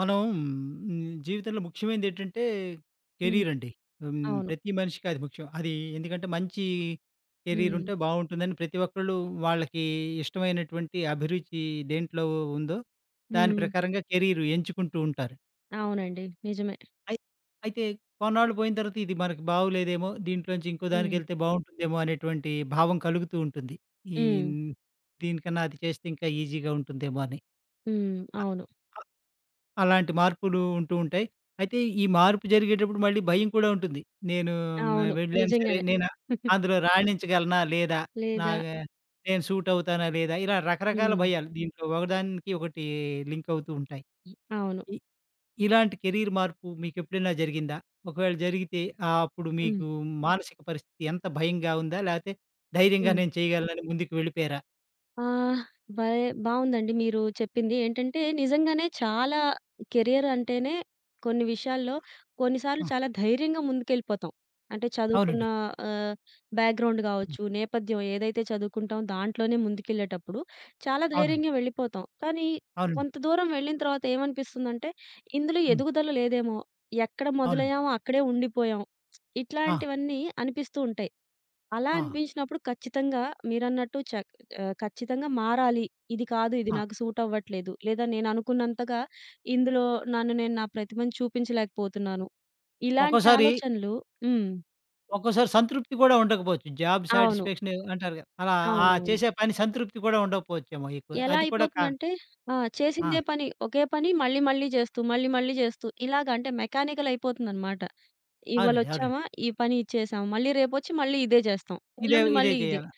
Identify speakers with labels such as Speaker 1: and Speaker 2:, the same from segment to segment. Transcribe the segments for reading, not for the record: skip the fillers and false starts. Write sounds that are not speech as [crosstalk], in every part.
Speaker 1: మనం హ్మ్, జీవితంలో ముఖ్యమైనది ఏంటంటే
Speaker 2: హ్మ్.
Speaker 1: కెరీర్ అండి. హ్మ్,
Speaker 2: అవును.
Speaker 1: ప్రతి మనిషికి అది ముఖ్యం. అది ఎందుకంటే మంచి కెరీర్
Speaker 2: హ్మ్.
Speaker 1: ఉంటే బావుంటుందని ప్రతి ఒక్కళ్ళు వాళ్ళకి ఇష్టమైనటువంటి అభిరుచి దేంట్లో ఉందో దాని
Speaker 2: హ్మ్.
Speaker 1: ప్రకారంగా కెరీర్ ఎంచుకుంటూ ఉంటారు.
Speaker 2: అవునండి. నిజమే.
Speaker 1: అయి అయితే కొన్నాళ్ళు పోయిన తర్వాత ఇది మనకి బాగోలేదేమో, దీంట్లోంచి ఇంకో
Speaker 2: హ్మ్.
Speaker 1: దానికెళ్తే బావుంటుందేమో అనేటువంటి భావం కలుగుతూ ఉంటుంది. ఈ
Speaker 2: హ్మ్.
Speaker 1: దీనికన్నా అది చేస్తే ఇంకా ఈజీగా ఉంటుందేమో అని.
Speaker 2: హ్మ్. అవును.
Speaker 1: అలాంటి మార్పులు ఉంటూ ఉంటాయి. అయితే ఈ మార్పు జరిగేటప్పుడు మళ్ళీ భయం కూడా ఉంటుంది. నేను
Speaker 2: అవును.
Speaker 1: వెళ్ళాను సరే,
Speaker 2: నిజంగానే.
Speaker 1: నేను అందులో రాణించగలనా? లేదా?
Speaker 2: లేదా
Speaker 1: నాగా నేను సూట్ అవుతానా? లేదా? ఇలా రకరకాల
Speaker 2: హ్మ్.
Speaker 1: భయాలు దీంట్లో ఒకదానికి ఒకటి లింక్ అవుతూ ఉంటాయి.
Speaker 2: అవును.
Speaker 1: ఇ ఇలాంటి కెరీర్ మార్పు మీకెప్పుడైనా జరిగిందా? ఒకవేళ జరిగితే అప్పుడు
Speaker 2: హ్మ్.
Speaker 1: మీకు మానసిక పరిస్థితి ఎంత భయంగా ఉందా? లేతే ధైర్యంగా
Speaker 2: హ్మ్.
Speaker 1: నేను చేయగలనని ముందుకు వెళ్ళిపోయారా?
Speaker 2: ఆ! భలే బావుందండి మీరు చెప్పింది. ఏంటంటే నిజంగానే చాలా కెరియర్ అంటేనే కొన్ని విషయాల్లో కొన్నిసార్లు
Speaker 1: ఆ!
Speaker 2: చాలా ధైర్యంగా ముందుకెళ్ళిపోతాం. అంటే చదువుకున్న
Speaker 1: అవునండి.
Speaker 2: ఆహ్, బ్యాక్‌గ్రౌండ్
Speaker 1: హ్మ్.
Speaker 2: గావచ్చు, నేపథ్యం ఏదైతే చదువుకుంటామో దాంట్లోనే ముందుకెళ్ళేటప్పుడు చాలా
Speaker 1: అవునండి.
Speaker 2: ధైర్యంగా వెళ్ళిపోతాం. కానీ
Speaker 1: అవునండి.
Speaker 2: కొంత దూరం వెళ్ళిన తర్వాత ఏమనిపిస్తుందంటే ఇందులో
Speaker 1: హ్మ్.
Speaker 2: ఎదుగుదల లేదేమో, ఎక్కడ
Speaker 1: అవునండి.
Speaker 2: మొదలయ్యామో అక్కడే ఉండిపోయాం.
Speaker 1: ఆ!
Speaker 2: ఇట్లాంటివన్నీ అనిపిస్తూ ఉంటాయి. అలా
Speaker 1: ఆ!
Speaker 2: అనిపించినప్పుడు ఖచ్చితంగా మీరన్నట్టు ఖచ్చితంగా మారాలి. ఇది కాదు, ఇది
Speaker 1: ఆ!
Speaker 2: నాకు సూట్ అవ్వట్లేదు. లేదా నేననుకున్నంతగా ఇందులో నన్ను నేను నా ప్రతిభను చూపించలేకపోతున్నాను. ఇలాంటి
Speaker 1: ఒక్కోసారి
Speaker 2: ఆలోచనలు హ్మ్.
Speaker 1: ఒక్కోసారి సంతృప్తి కూడా ఉండకపోవచ్చు. జాబ్
Speaker 2: అవును.
Speaker 1: సాటిస్ఫాక్షన్ అంటారు కదా! అలా ఆ
Speaker 2: అవునవును.
Speaker 1: చేసే పని సంతృప్తి కూడా ఉండకపోవచ్చేమో ఎక్కువ.
Speaker 2: ఎలా
Speaker 1: అది కూడా కా.
Speaker 2: అయిపోతుందంటే ఆ!
Speaker 1: ఆ!
Speaker 2: చేసిందే పని. ఒకే పని మళ్ళీ మళ్ళీ చేస్తూ, మళ్ళీ మళ్ళీ చేస్తూ ఇలాగ అంటే మెకానికల్ అయిపోతుందనమాట.
Speaker 1: అవునండి. అవునండి.
Speaker 2: ఇవాళొచ్చామా, ఈ పని ఇచ్చేసాం. మళ్ళీ రేపొచ్చి మళ్ళీ ఇదే చేస్తాం.
Speaker 1: ఇదే
Speaker 2: ఎల్లుండి
Speaker 1: ఇదే
Speaker 2: మళ్ళీ ఇదే.
Speaker 1: చేయాలా?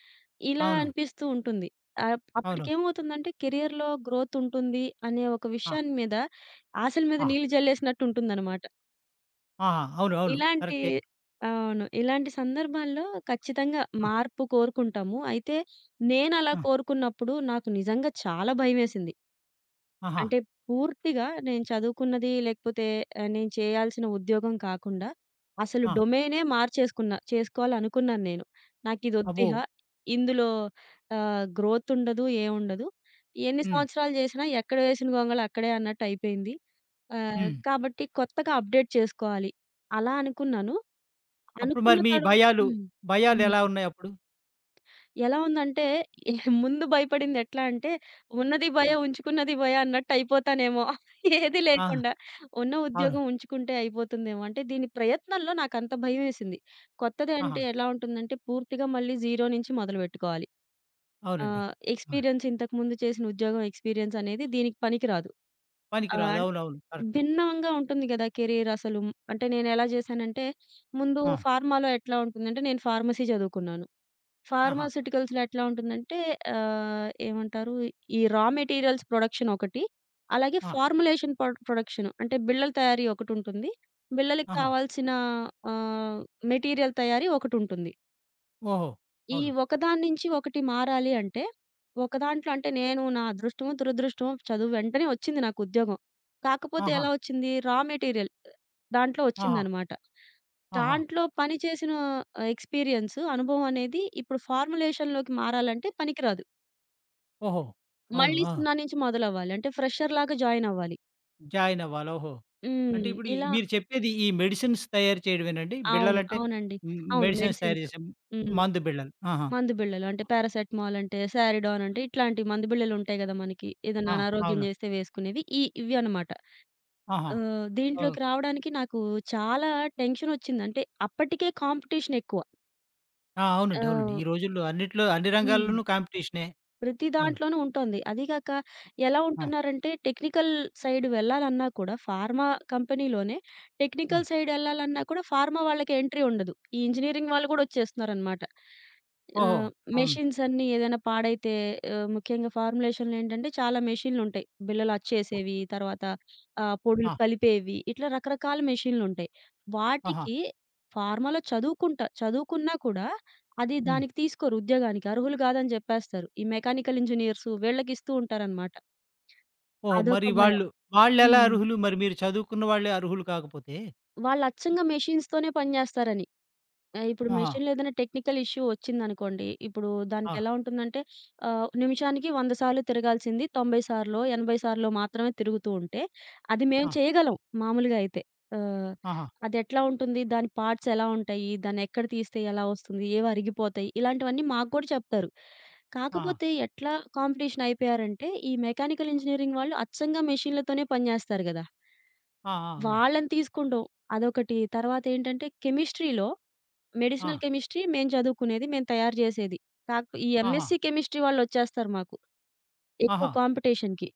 Speaker 2: ఇలా
Speaker 1: అవును.
Speaker 2: అనిపిస్తూ ఉంటుంది.
Speaker 1: అవును.
Speaker 2: అప్పటికేమవుతుందంటే కెరియర్‌లో గ్రోత్ ఉంటుంది అనే ఒక
Speaker 1: ఆ!
Speaker 2: విషయాన్ని మీద ఆశల మీద
Speaker 1: ఆ!
Speaker 2: నీళ్లు జల్లేసినట్టు ఉంటుందనమాట.
Speaker 1: ఆహా! అవును. అవును.
Speaker 2: ఇలాంటి
Speaker 1: కరెక్టే.
Speaker 2: అవును. ఇలాంటి సందర్భాల్లో ఖచ్చితంగా
Speaker 1: ఆ!
Speaker 2: మార్పు కోరుకుంటాము. అయితే నేనలా
Speaker 1: ఆ!
Speaker 2: కోరుకున్నప్పుడు నాకు నిజంగా చాలా భయమేసింది.
Speaker 1: ఆహా!
Speaker 2: అంటే పూర్తిగా నేను చదువుకున్నది లేకపోతే నేను చేయాల్సిన ఉద్యోగం కాకుండా, అసలు
Speaker 1: ఆ!
Speaker 2: డొమైనే మార్చేసుకున్నా. చేసుకోవాలనుకున్నాను నేను.
Speaker 1: అబ్బో!
Speaker 2: నాకిదొద్దిహా, ఇందులో గ్రోత్ ఉండదు, ఏముండదు. ఎన్ని
Speaker 1: హ్మ్.
Speaker 2: సంవత్సరాలు చేసినా ఎక్కడ వేసిన గొంగళి అక్కడే అన్నట్టయిపోయింది.
Speaker 1: హ్మ్.
Speaker 2: కాబట్టి కొత్తగా అప్‌డేట్ చేసుకోవాలి. అలా అనుకున్నాను.
Speaker 1: అప్పుడు
Speaker 2: అనుకున్న
Speaker 1: మరి మీ
Speaker 2: తర్వా
Speaker 1: భయాలు,
Speaker 2: హ్మ్.
Speaker 1: భయాలెలా ఉన్నాయి అప్పుడు?
Speaker 2: ఎలా ఉందంటే, ఏ- ముందు భయపడింది ఎట్లా అంటే, ఉన్నది
Speaker 1: ఆ!
Speaker 2: భయే, ఉంచుకున్నది భయే అన్నట్టయిపోతానేమో. [laughs] ఏది
Speaker 1: ఆహా!
Speaker 2: లేకుండా. ఉన్న
Speaker 1: అవును.
Speaker 2: ఉద్యోగం ఉంచుకుంటే అయిపోతుందేమో. అంటే దీని ప్రయత్నంలో నాకంత భయమేసింది. కొత్తది
Speaker 1: ఆహా!
Speaker 2: అంటే ఎలా ఉంటుందంటే, పూర్తిగా మళ్ళీ జీరో నుంచి మొదలుపెట్టుకోవాలి.
Speaker 1: అవునండి. ఆ!
Speaker 2: ఎక్స్‌పీరియన్స్ ఇంతకుముందు చేసిన ఉద్యోగం ఎక్స్‌పీరియన్స్ అనేది దీనికి పనికిరాదు.
Speaker 1: పనికిరాదు.
Speaker 2: ఆహ్,
Speaker 1: అవునవును. కరెక్టే.
Speaker 2: భిన్నంగా ఉంటుంది గదా! కెరీర్ అసలు. అంటే నేనెలా జేశానంటే, ముందు
Speaker 1: ఆ!
Speaker 2: ఫార్మాలో ఎట్లా ఉంటుందంటే, నేను ఫార్మసీ చదువుకున్నాను.
Speaker 1: ఆహా!
Speaker 2: ఫార్మాస్యూటికల్స్‌లో ఎట్లా ఉంటుందంటే ఏమంటారు ఈ రా మెటీరియల్స్ ప్రొడక్షన్ ఒకటి. అలాగే
Speaker 1: ఆ!
Speaker 2: ఫార్ములేషన్ ప్రొడక్షన్ అంటే బిళ్ళల తయారీ ఒకటుంటుంది. బిళ్ళలకి
Speaker 1: ఆహా!
Speaker 2: కావాల్సిన ఆహ్, మెటీరియల్ తయారీ ఒకటుంటుంది.
Speaker 1: ఓహో!
Speaker 2: ఈ
Speaker 1: అవును.
Speaker 2: ఒకదాని నుంచి ఒకటి మారాలి అంటే, ఒక దాంట్లో అంటే నేను నా అదృష్టమో, దురదృష్టమో చదువు వెంటనే వచ్చింది నాకు ఉద్యోగం. కాకపోతే
Speaker 1: ఆహా!
Speaker 2: ఎలా వచ్చింది రా మెటీరియల్. దాంట్లో
Speaker 1: ఆహా!
Speaker 2: ఒచ్చిందనమాట.
Speaker 1: ఆహా!
Speaker 2: దాంట్లో పని చేసిన ఎక్స్‌పీరియన్స్, అనుభవం అనేది ఇప్పుడు ఫార్ములేషన్‌లోకి మారాలంటే పనికిరాదు.
Speaker 1: ఓహో! అవును.
Speaker 2: మళ్ళీ
Speaker 1: ఆ!
Speaker 2: సున్నా నుంచి మొదలవ్వాలి. అంటే ఫ్రెషర్‌లాగా జాయినవ్వాలి.
Speaker 1: జాయిన్ అవ్వాలి. ఓహో! అంటే
Speaker 2: హ్మ్.
Speaker 1: ఇప్పుడు ఈ
Speaker 2: ఇలా
Speaker 1: మీరు చెప్పేది ఈ మెడిసిన్స్ తయారు చేయడమేనండి?
Speaker 2: అవును.
Speaker 1: బిళ్ళలంటే
Speaker 2: అవునండి.
Speaker 1: హ్మ్,
Speaker 2: అవును.
Speaker 1: మెడిసిన్స్ తయారు
Speaker 2: మెడిసిన్స్.
Speaker 1: చేసే
Speaker 2: హ్మ్.
Speaker 1: మందు బిళ్ళలు. ఆహా!
Speaker 2: మందు బిళ్ళలు. అంటే పారాసెటమాల్ అంటే, సారిడాన్ అంటే ఇట్లాంటి మందు బిళ్ళలుంటాయి గదా! మనకి. ఏదైనా
Speaker 1: ఆ!
Speaker 2: అనారోగ్యం
Speaker 1: అవును.
Speaker 2: జేస్తే వేసుకునేవి. ఇవి అనమాట.
Speaker 1: ఆహా!
Speaker 2: దీంట్లోకి
Speaker 1: ఓహ్!
Speaker 2: రావడానికి నాకు చాలా టెన్షనొచ్చింది. అంటే అప్పటికే కాంపిటీషనెక్కువ.
Speaker 1: ఆ!
Speaker 2: ఆ!
Speaker 1: అవునండి. అవునండి. ఈ రోజుల్లో అన్నిట్లో అన్ని
Speaker 2: హ్మ్.
Speaker 1: రంగాల్లోనూ కాంపిటీషనే.
Speaker 2: ప్రతి
Speaker 1: అవును.
Speaker 2: దాంట్లోనూ ఉంటోంది. అదీగాక ఎలా
Speaker 1: ఆ!
Speaker 2: ఉంటున్నారంటే టెక్నికల్ సైడ్ వెళ్ళాలన్నా కూడా ఫార్మా కంపెనీలోనే
Speaker 1: హ్మ్.
Speaker 2: టెక్నికల్ సైడ్ ఎళ్ళాలన్నా కూడా ఫార్మా వాళ్ళకి ఎంట్రీ ఉండదు. ఈ ఇంజినీరింగ్ వాళ్ళు గూడా వచ్చేస్తున్నారనమాట.
Speaker 1: ఓహో!
Speaker 2: ఆహ్,
Speaker 1: అవును.
Speaker 2: మెషిన్స్ అన్నీ ఏదైనా పాడైతే ముఖ్యంగా ఫార్ములేషన్‌లేంటంటే చాలా మెషిన్‌లుంటాయి. బిళ్ళలు
Speaker 1: ఆ!
Speaker 2: అచ్చేసేవి, తర్వాత పొడులు
Speaker 1: ఆ!
Speaker 2: కలిపేవి, ఇట్లా రకరకాల మెషిన్‌లుంటాయి.
Speaker 1: ఆహా!
Speaker 2: వాటికి ఫార్మాలో చదువుకున్నా కూడా అది
Speaker 1: హ్మ్.
Speaker 2: దానికి తీసుకోరు ఉద్యోగానికి. అర్హులు కాదని జెప్పేస్తారు. ఈ మెకానికల్ ఇంజినీర్సు వీళ్ళకిస్తూ ఉంటారనమాట.
Speaker 1: ఓహో!
Speaker 2: అదొక
Speaker 1: మరి
Speaker 2: భయం.
Speaker 1: వాళ్ళు వాళ్ళెలా
Speaker 2: హ్మ్.
Speaker 1: అర్హులు? మరి మీరు చదువుకున్న వాళ్ళే అర్హులు కాకపోతే?
Speaker 2: వాళ్ళచ్చంగా మెషిన్స్‌తోనే పని జేస్తారని. ఆ! ఇప్పుడు
Speaker 1: ఆహా!
Speaker 2: మెషిన్‌లో ఏదైనా టెక్నికల్ ఇష్యూ వచ్చిందనుకోండి. ఇప్పుడు
Speaker 1: ఆ!
Speaker 2: దానికెలా ఉంటుందంటే నిమిషానికి 100 సార్లు తిరగాల్సింది 90 సార్లో, 80 సార్లో మాత్రమే తిరుగుతూ ఉంటే, అది మేము
Speaker 1: ఆ!
Speaker 2: చేయగలం మామూలుగా అయితే. ఆహ్,
Speaker 1: ఆహా!
Speaker 2: అదెట్లా ఉంటుంది? దాని పార్ట్స్ ఎలా ఉంటాయి? దాన్నెక్కడ తీస్తే ఎలా వస్తుంది? ఏవి అరిగిపోతాయి? ఇలాంటివన్నీ మాకు కూడా చెప్తారు.
Speaker 1: ఆహా!
Speaker 2: కాకపోతే ఎట్లా కాంపిటీషన్ అయిపోయారంటే, ఈ మెకానికల్ ఇంజినీరింగ్ వాళ్ళు అచ్చంగా మెషిన్‌లతోనే పని జేస్తారు గదా!
Speaker 1: ఆ! ఆ!
Speaker 2: వాళ్ళని తీసుకుంటాం అదొకటి. తర్వాతేంటంటే కెమిస్ట్రీలో
Speaker 1: ఆ! ఆ!
Speaker 2: మెడిసినల్ కెమిస్ట్రీ మేము చదువుకునేది. మేము తయారు జేసేది. ఈ
Speaker 1: ఆహా!
Speaker 2: ఎంఎస్‌సి కెమిస్ట్రీ వాళ్ళొచ్చేస్తారు మాకు. ఎక్కువ
Speaker 1: ఆహా!
Speaker 2: కాంపిటీషన్‌కి.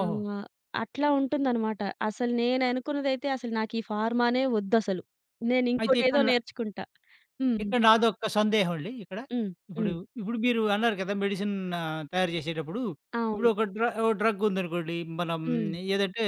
Speaker 1: ఓహో!
Speaker 2: ఆహ్, అట్లా ఉంటుందనమాట. అసలు నేననుకున్నదైతే అసలు నాకు ఈ ఫార్మానే వద్దసలు.
Speaker 1: అయితే
Speaker 2: నేనింకోటేదో
Speaker 1: ఇక్కడ
Speaker 2: నేర్చుకుంటా. హ్మ్.
Speaker 1: ఇక్కడ నాదొక్క సందేహం అండి ఇక్కడ.
Speaker 2: హ్మ్.
Speaker 1: ఇప్పుడు,
Speaker 2: హ్మ్.
Speaker 1: ఇప్పుడు మీరు అన్నారు కదా! మెడిసిన్ తయారు చేసేటప్పుడు ఇప్పుడు
Speaker 2: అవును.
Speaker 1: ఒక డ్ర ఓ డ్రగ్ ఉందనుకోండి. మనం
Speaker 2: హ్మ్.
Speaker 1: ఏదంటే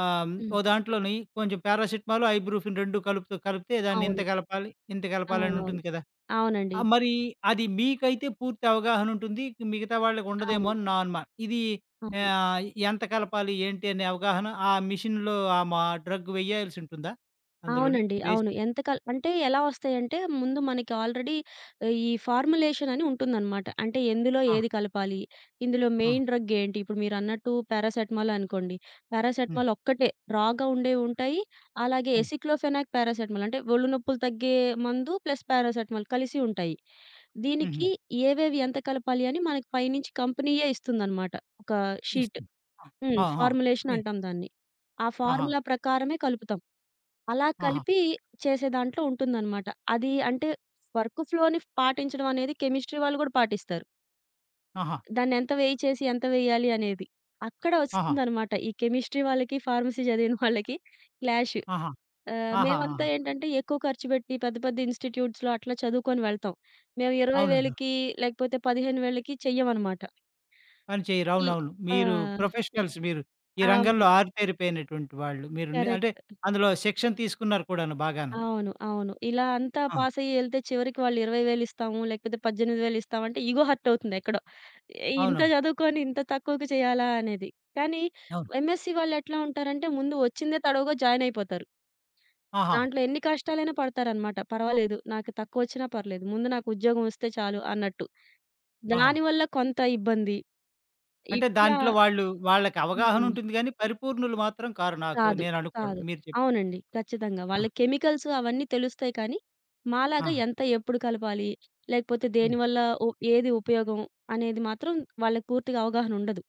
Speaker 2: హ్మ్.
Speaker 1: ఓ దాంట్లోని కొంచెం పారాసిటమాల్, ఐబ్రూఫిన్ 2 కలుపుతూ కలిపితే దాన్ని ఇంత
Speaker 2: అవును.
Speaker 1: కలపాలి, ఇంత కలపాలని
Speaker 2: అవునవును.
Speaker 1: ఉంటుంది కదా!
Speaker 2: అవునండి.
Speaker 1: మరి అది మీకైతే పూర్తి అవగాహన ఉంటుంది. మిగతా వాళ్ళకి ఉండదేమో
Speaker 2: అవును.
Speaker 1: అని నా అనుమానం. ఇది
Speaker 2: అవును.
Speaker 1: ఆహ్, ఎంత కలపాలి ఏంటి అనే అవగాహన ఆ మిషన్‌లో ఆ మా డ్రగ్ వేయాల్సి ఉంటుందా అందులోని?
Speaker 2: అవునండి.
Speaker 1: వేసి
Speaker 2: అవును. ఎంత కాల్ అంటే ఎలా వస్తాయంటే ముందు మనకి ఆల్రెడీ ఈ ఫార్ములేషన్ అని ఉంటుందనమాట. అంటే ఎందులో
Speaker 1: ఆ!
Speaker 2: ఏది కలపాలి? ఇందులో
Speaker 1: ఆ!
Speaker 2: మెయిన్ డ్రగ్ ఏంటి? ఇప్పుడు మీరన్నట్టు పారాసెటమాల్ అనుకోండి.
Speaker 1: హ్మ్.
Speaker 2: పారాసెటమాల్ ఒక్కటే రాగా ఉండేవి ఉంటాయి. అలాగే
Speaker 1: హ్మ్.
Speaker 2: ఎసిక్లోఫెనాక్, పారాసెటమాల్ అంటే ఒళ్ళు నొప్పులు తగ్గే మందు ప్లస్ పారాసెటమాల్ కలిసి ఉంటాయి.
Speaker 1: హుహు.
Speaker 2: దీనికి ఏవేవి ఎంత కలపాలి అని మనకి పైనుంచి కంపెనీయే ఇస్తుందనమాట. ఒక షీట్.
Speaker 1: ఇస్తుంది.
Speaker 2: హ్మ్.
Speaker 1: ఆ! ఆ! ఆ!
Speaker 2: ఫార్ములేషన్
Speaker 1: ఏ
Speaker 2: అంటాం దాన్ని. ఆ
Speaker 1: ఆహా!
Speaker 2: ఫార్ములా ప్రకారమే కలుపుతాం. అలా
Speaker 1: ఆహా!
Speaker 2: కలిపి చేసే దాంట్లో ఉంటుందనమాట. అది అంటే వర్క్ ఫ్లోని పాటించడం అనేది కెమిస్ట్రీ వాళ్ళు గూడా పాటిస్తారు.
Speaker 1: ఆహా!
Speaker 2: దాన్ని ఎంత వేయి చేసి ఎంత వేయాలి అనేది. అక్కడ
Speaker 1: ఆహా!
Speaker 2: వస్తుందనమాట ఈ కెమిస్ట్రీ వాళ్ళకి, ఫార్మసీ చదివిన వాళ్ళకి క్లాష్.
Speaker 1: ఆహా! ఆహా!
Speaker 2: మేమంతా
Speaker 1: ఆహా!
Speaker 2: ఏంటంటే ఎక్కువ ఖర్చు పెట్టి పెద్ద పెద్ద ఇన్‌స్టిట్యూట్స్‌లో అట్లా చదువుకొని వెళ్తాం. మేము
Speaker 1: అవునండి. అవును.
Speaker 2: 20,000కి లేకపోతే 15,000కి చెయ్యమనమాట.
Speaker 1: పని చేయరు.
Speaker 2: ఈ
Speaker 1: అవునవును.
Speaker 2: ఆ!
Speaker 1: మీరు ప్రొఫెషనల్స్ మీరు. ఈ
Speaker 2: అవును.
Speaker 1: రంగంలో ఆరితేరిపోయినటువంటి వాళ్ళు. మీరు ని అంటే
Speaker 2: కరెక్ట్.
Speaker 1: అందులో శిక్షణ తీసుకున్నారు కూడాను బాగాను.
Speaker 2: అవును. అవును. ఇలా అంతా
Speaker 1: ఆ!
Speaker 2: పాసయ్యి ఎళ్తే చివరికి వాళ్ళు 20,000 ఇస్తాము, లేకపోతే 18,000 ఇస్తామంటే ఇగో హర్ట్ అవుతుంది ఎక్కడో. "ఏ, ఇంత
Speaker 1: అవునవును.
Speaker 2: చదువుకొని ఇంత తక్కువకి చేయాలా అనేది. కానీ
Speaker 1: అవును.
Speaker 2: ఎంఎస్‌సి వాళ్ళెట్లా ఉంటారంటే ముందు వచ్చిందే తడవుగా జాయిన్ అయిపోతారు.
Speaker 1: ఆహా!
Speaker 2: దాంట్లో ఎన్ని కష్టాలైనా పడతారనమాట. పర్వాలేదు నాకు తక్కువొచ్చినా పర్లేదు. ముందు నాకు ఉద్యోగం వస్తే చాలు అన్నట్టు.
Speaker 1: ఆహా!
Speaker 2: దానివల్ల కొంత ఇబ్బంది.
Speaker 1: అంటే
Speaker 2: ఇట్లా
Speaker 1: దాంట్లో వాళ్ళు వాళ్ళకి అవగాహన
Speaker 2: హ్మ్.
Speaker 1: ఉంటుంది గానీ, పరిపూర్ణులు మాత్రం కారు నాకు
Speaker 2: కాదు.
Speaker 1: నేను అనుకోవడం.
Speaker 2: కాదు.
Speaker 1: మీరు చెప్
Speaker 2: అవునండి. ఖచ్చితంగా.
Speaker 1: ఆ!
Speaker 2: వాళ్ళ కెమికల్స్ అవన్నీ తెలుస్తాయి కానీ,
Speaker 1: ఆ!
Speaker 2: మాలాగా ఎంత ఎప్పుడు కలపాలి? లేకపోతే
Speaker 1: హ్మ్.
Speaker 2: దేనివల్ల ఉ ఏది ఉపయోగం? అనేది మాత్రం వాళ్ళకి పూర్తిగా అవగాహన ఉండదు.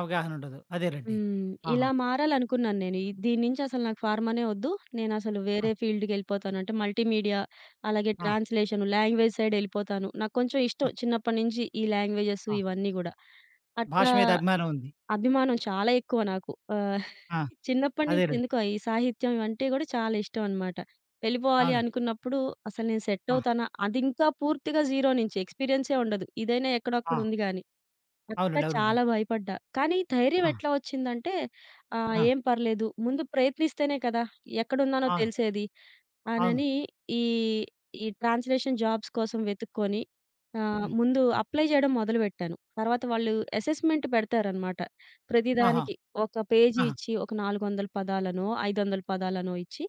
Speaker 1: అవగాహన ఉండదు. అదేనండి.
Speaker 2: హ్మ్. ఇలా
Speaker 1: ఆహా!
Speaker 2: మారాలనుకున్నాను నేను. ఈ దీని నుంచి అసలు నాకు ఫార్మానే వద్దు. నేనసలు
Speaker 1: ఆ!
Speaker 2: వేరే ఫీల్డ్‌కెళ్ళిపోతాను. అంటే మల్టీమీడియా, అలాగే
Speaker 1: ఆ!
Speaker 2: ట్రాన్స్‌లేషన్, లాంగ్వేజ్ సైడ్ ఎళ్ళిపోతాను. నాకు కొంచెం
Speaker 1: ఆ!
Speaker 2: ఇష్టం చిన్నప్పటి నుంచి ఈ లాంగ్వేజెస్
Speaker 1: ఆ!
Speaker 2: ఇవన్నీ గూడా.
Speaker 1: భాష
Speaker 2: అట్లా
Speaker 1: మీద అభిమానం ఉంది.
Speaker 2: అభిమానం చాలా ఎక్కువ నాకు. ఆహ్
Speaker 1: ఆ!
Speaker 2: చిన్నప్పటి నుంచి
Speaker 1: అదేనండి.
Speaker 2: ఎందుకో ఈ సాహిత్యం ఇవంటే గూడా చాలా ఇష్టం అనమాట. వెళ్ళిపోవాలి
Speaker 1: అవునండి.
Speaker 2: అనుకున్నప్పుడు అసలు నేను సెట్
Speaker 1: ఆ!
Speaker 2: అవుతానా? అది ఇంకా పూర్తిగా జీరో నుంచి ఎక్స్‌పీరియన్సే ఉండదు. ఇదైనా ఎక్కడొక్కడ
Speaker 1: ఆ!
Speaker 2: ఉంది గానీ. అట్లా
Speaker 1: అవునండి. అవునండి.
Speaker 2: చాలా భయపడ్డా. కానీ ధైర్యం
Speaker 1: ఆ!
Speaker 2: ఎట్లా వచ్చిందంటే
Speaker 1: ఆ!
Speaker 2: ఏం పర్లేదు ముందు ప్రయత్నిస్తేనే కదా! ఎక్కడున్నానో
Speaker 1: ఆ!
Speaker 2: తెలిసేది.
Speaker 1: అవును.
Speaker 2: అనని ఈ, ఈ ట్రాన్స్‌లేషన్ జాబ్స్ కోసం వెతుక్కొని
Speaker 1: హ్మ్.
Speaker 2: ముందు అప్లై చేయడం మొదలుపెట్టాను. తర్వాత వాళ్ళు అసెస్‌మెంట్ పెడతారనమాట.
Speaker 1: ఆహా!
Speaker 2: ప్రతిదానికి ఒక పేజీ
Speaker 1: ఆహా!
Speaker 2: ఇచ్చి ఒక 400 పదాలనో, 500 పదాలనో ఇచ్చి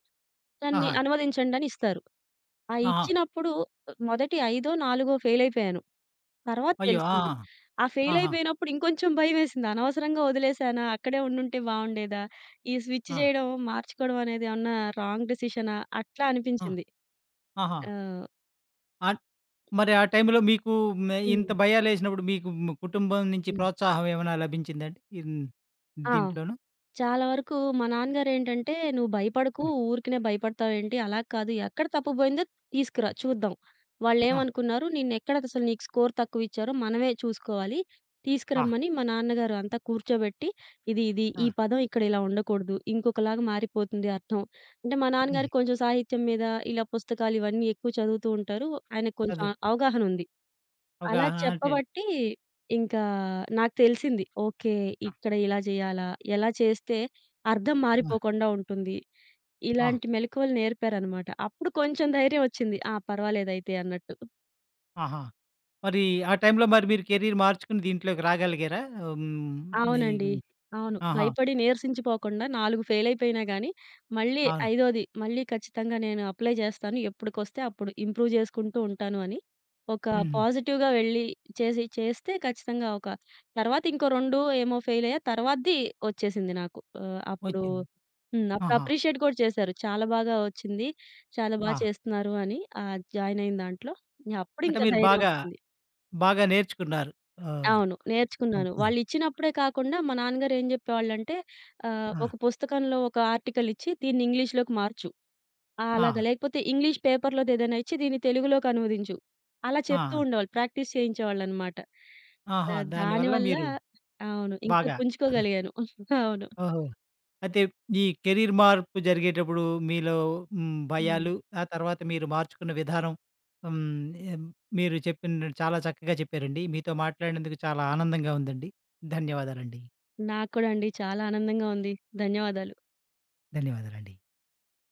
Speaker 2: దాన్ని
Speaker 1: ఆహా!
Speaker 2: అనువదించండని ఇస్తారు. ఆ
Speaker 1: ఆహా!
Speaker 2: ఇచ్చినప్పుడు మొదటి ఐదో, నాలుగో ఫెయిల్ అయిపోయాను. తర్వాత
Speaker 1: అయ్యో! ఆ!
Speaker 2: తెలిసింది. ఆ ఫెయిల్
Speaker 1: ఆహా!
Speaker 2: అయిపోయినప్పుడు ఇంకొంచెం భయమేసింది. అనవసరంగా వదిలేసానా? అక్కడే ఉండుంటే బావుండేదా? ఈ స్విచ్
Speaker 1: ఆ!
Speaker 2: చేయడం, మార్చుకోవడం అనేది ఏమన్నా రాంగ్ డెసిషనా? అట్లా
Speaker 1: ఆ!
Speaker 2: అనిపించింది.
Speaker 1: ఆహా!
Speaker 2: ఆహ్,
Speaker 1: అన్ మరి ఆ టైంలో మీకు మే
Speaker 2: హ్మ్.
Speaker 1: ఇంత భయాలేసినప్పుడు మీకు కుటుంబం నుంచి
Speaker 2: హ్మ్.
Speaker 1: ప్రోత్సాహం ఏమైనా లభించిందండి? ఇన్
Speaker 2: ఆ!
Speaker 1: దీంట్లోను?
Speaker 2: చాలా వరకు మా నాన్నగారేంటంటే, "నువ్వు భయపడకు,
Speaker 1: ఆ!
Speaker 2: ఊరికినే భయపడతావేంటి? అలా కాదు, ఎక్కడ తప్పు పోయిందో తీసుకురా చూద్దాం.
Speaker 1: ఆ!
Speaker 2: వాళ్ళేమనుకున్నారు, నిన్నెక్కడ అసలు నీకు స్కోర్ తక్కువిచ్చారో మనమే చూసుకోవాలి. తీసుకురమ్మని" మా నాన్నగారు అంతా కూర్చోబెట్టి, "ఇది, ఇది
Speaker 1: ఆ!
Speaker 2: ఈ పదం ఇక్కడ ఇలా ఉండకూడదు. ఇంకొకలాగా మారిపోతుంది అర్థం." అంటే మా
Speaker 1: హ్మ్.
Speaker 2: నాన్నగారికి కొంచెం సాహిత్యం మీద ఇలా పుస్తకాలు ఇవన్నీ ఎక్కువ చదువుతూ ఉంటారు. ఆయనకు కొంచెం
Speaker 1: అదే.
Speaker 2: అవగాహనుంది.
Speaker 1: ఒక
Speaker 2: అలా
Speaker 1: అంటే
Speaker 2: చెప్పబట్టి ఇంకా నాకు తెలిసింది. ఓకే.
Speaker 1: ఆ!
Speaker 2: ఇక్కడ ఇలా జేయాలా? ఎలా చేస్తే అర్థం
Speaker 1: ఆ!
Speaker 2: మారిపోకుండా ఉంటుంది.
Speaker 1: ఆ!
Speaker 2: ఇలాంటి మెళకువలు నేర్పారనమాట. అప్పుడు కొంచెం ధైర్యం ఒచ్చింది. ఆ! పర్వాలేదయితే అన్నట్టు.
Speaker 1: ఆహా! మరి ఆ టైంలో మరి మీరు కెరీర్ మార్చుకుని దీంట్లోకి రాగలిగారా? హ్మ్. నీ
Speaker 2: అవునండి. అవును.
Speaker 1: ఆహా!
Speaker 2: భయపడి నీరసించిపోకుండా 4 ఫెయిలయిపోయినా గాని, మళ్ళీ
Speaker 1: అవును.
Speaker 2: ఐదోది మళ్ళీ ఖచ్చితంగా నేను అప్లై చేస్తాను. ఎప్పుడుకొస్తే అప్పుడు ఇంప్రూవ్ చేసుకుంటూ ఉంటాను అని ఒక
Speaker 1: హ్మ్.
Speaker 2: పాజిటివ్‌గా వెళ్ళి చేసి చేస్తే ఖచ్చితంగా ఒక తర్వాత ఇంకో 2 ఏమో ఫెయిలయ్యా. తర్వాతది వచ్చేసింది నాకు. ఆహ్, అప్పుడు
Speaker 1: వచ్చింది.
Speaker 2: హ్మ్. అప్పుడు
Speaker 1: ఆహా!
Speaker 2: అప్రిషియేట్ కూడా చేశారు. చాలా బాగా వచ్చింది. చాలా బా
Speaker 1: ఆ!
Speaker 2: చేస్తున్నారు అని. ఆహ్, జాయినయిన దాంట్లో.
Speaker 1: అంటే
Speaker 2: అప్పుడింక
Speaker 1: మీరు
Speaker 2: ధైర్యం
Speaker 1: బాగా,
Speaker 2: వచ్చింది.
Speaker 1: బాగా నేర్చుకున్నారు. ఓహ్!
Speaker 2: అవును. నేర్చుకున్నాను.
Speaker 1: అంతే.
Speaker 2: వాళ్ళిచ్చినప్పుడే కాకుండా మా నాన్నగారు ఏం జెప్పేవాళ్ళంటే ఒక
Speaker 1: ఆ!
Speaker 2: పుస్తకంలో ఒక ఆర్టికల్ ఇచ్చి దీన్ని ఇంగ్లీష్‌లోకి మార్చు. ఆ! అలాగా
Speaker 1: ఆ!
Speaker 2: లేకపోతే ఇంగ్లీష్ పేపర్‌లోదేదైనా ఇచ్చి దీన్ని తెలుగులోకి అనువదించు. అలా
Speaker 1: ఆ!
Speaker 2: చెప్తూ ఉండేవాళ్ళు. ప్రాక్టీస్ చేయించేవాళ్ళనమాట.
Speaker 1: ఆహా! దానివల్ల
Speaker 2: దానివల్ల
Speaker 1: మీరు
Speaker 2: అవును. ఇంకా
Speaker 1: బాగా [laughs]
Speaker 2: పుంజుకోగలిగాను. [laughs] అవును.
Speaker 1: ఓహో! అయితే ఈ కెరీర్ మార్పు జరిగేటప్పుడు మీలో హ్మ్,
Speaker 2: హ్మ్.
Speaker 1: భయాలు, ఆ తర్వాత మీరు మార్చుకున్న విధానం, హ్మ్, ఎం మీరు చెప్పిన చాలా చక్కగా చెప్పారండి. మీతో మాట్లాడినందుకు చాలా ఆనందంగా ఉందండి. ధన్యవాదాలండి.
Speaker 2: నాకు కూడా అండి చాలా ఆనందంగా ఉంది. ధన్యవాదాలు.
Speaker 1: ధన్యవాదాలండి.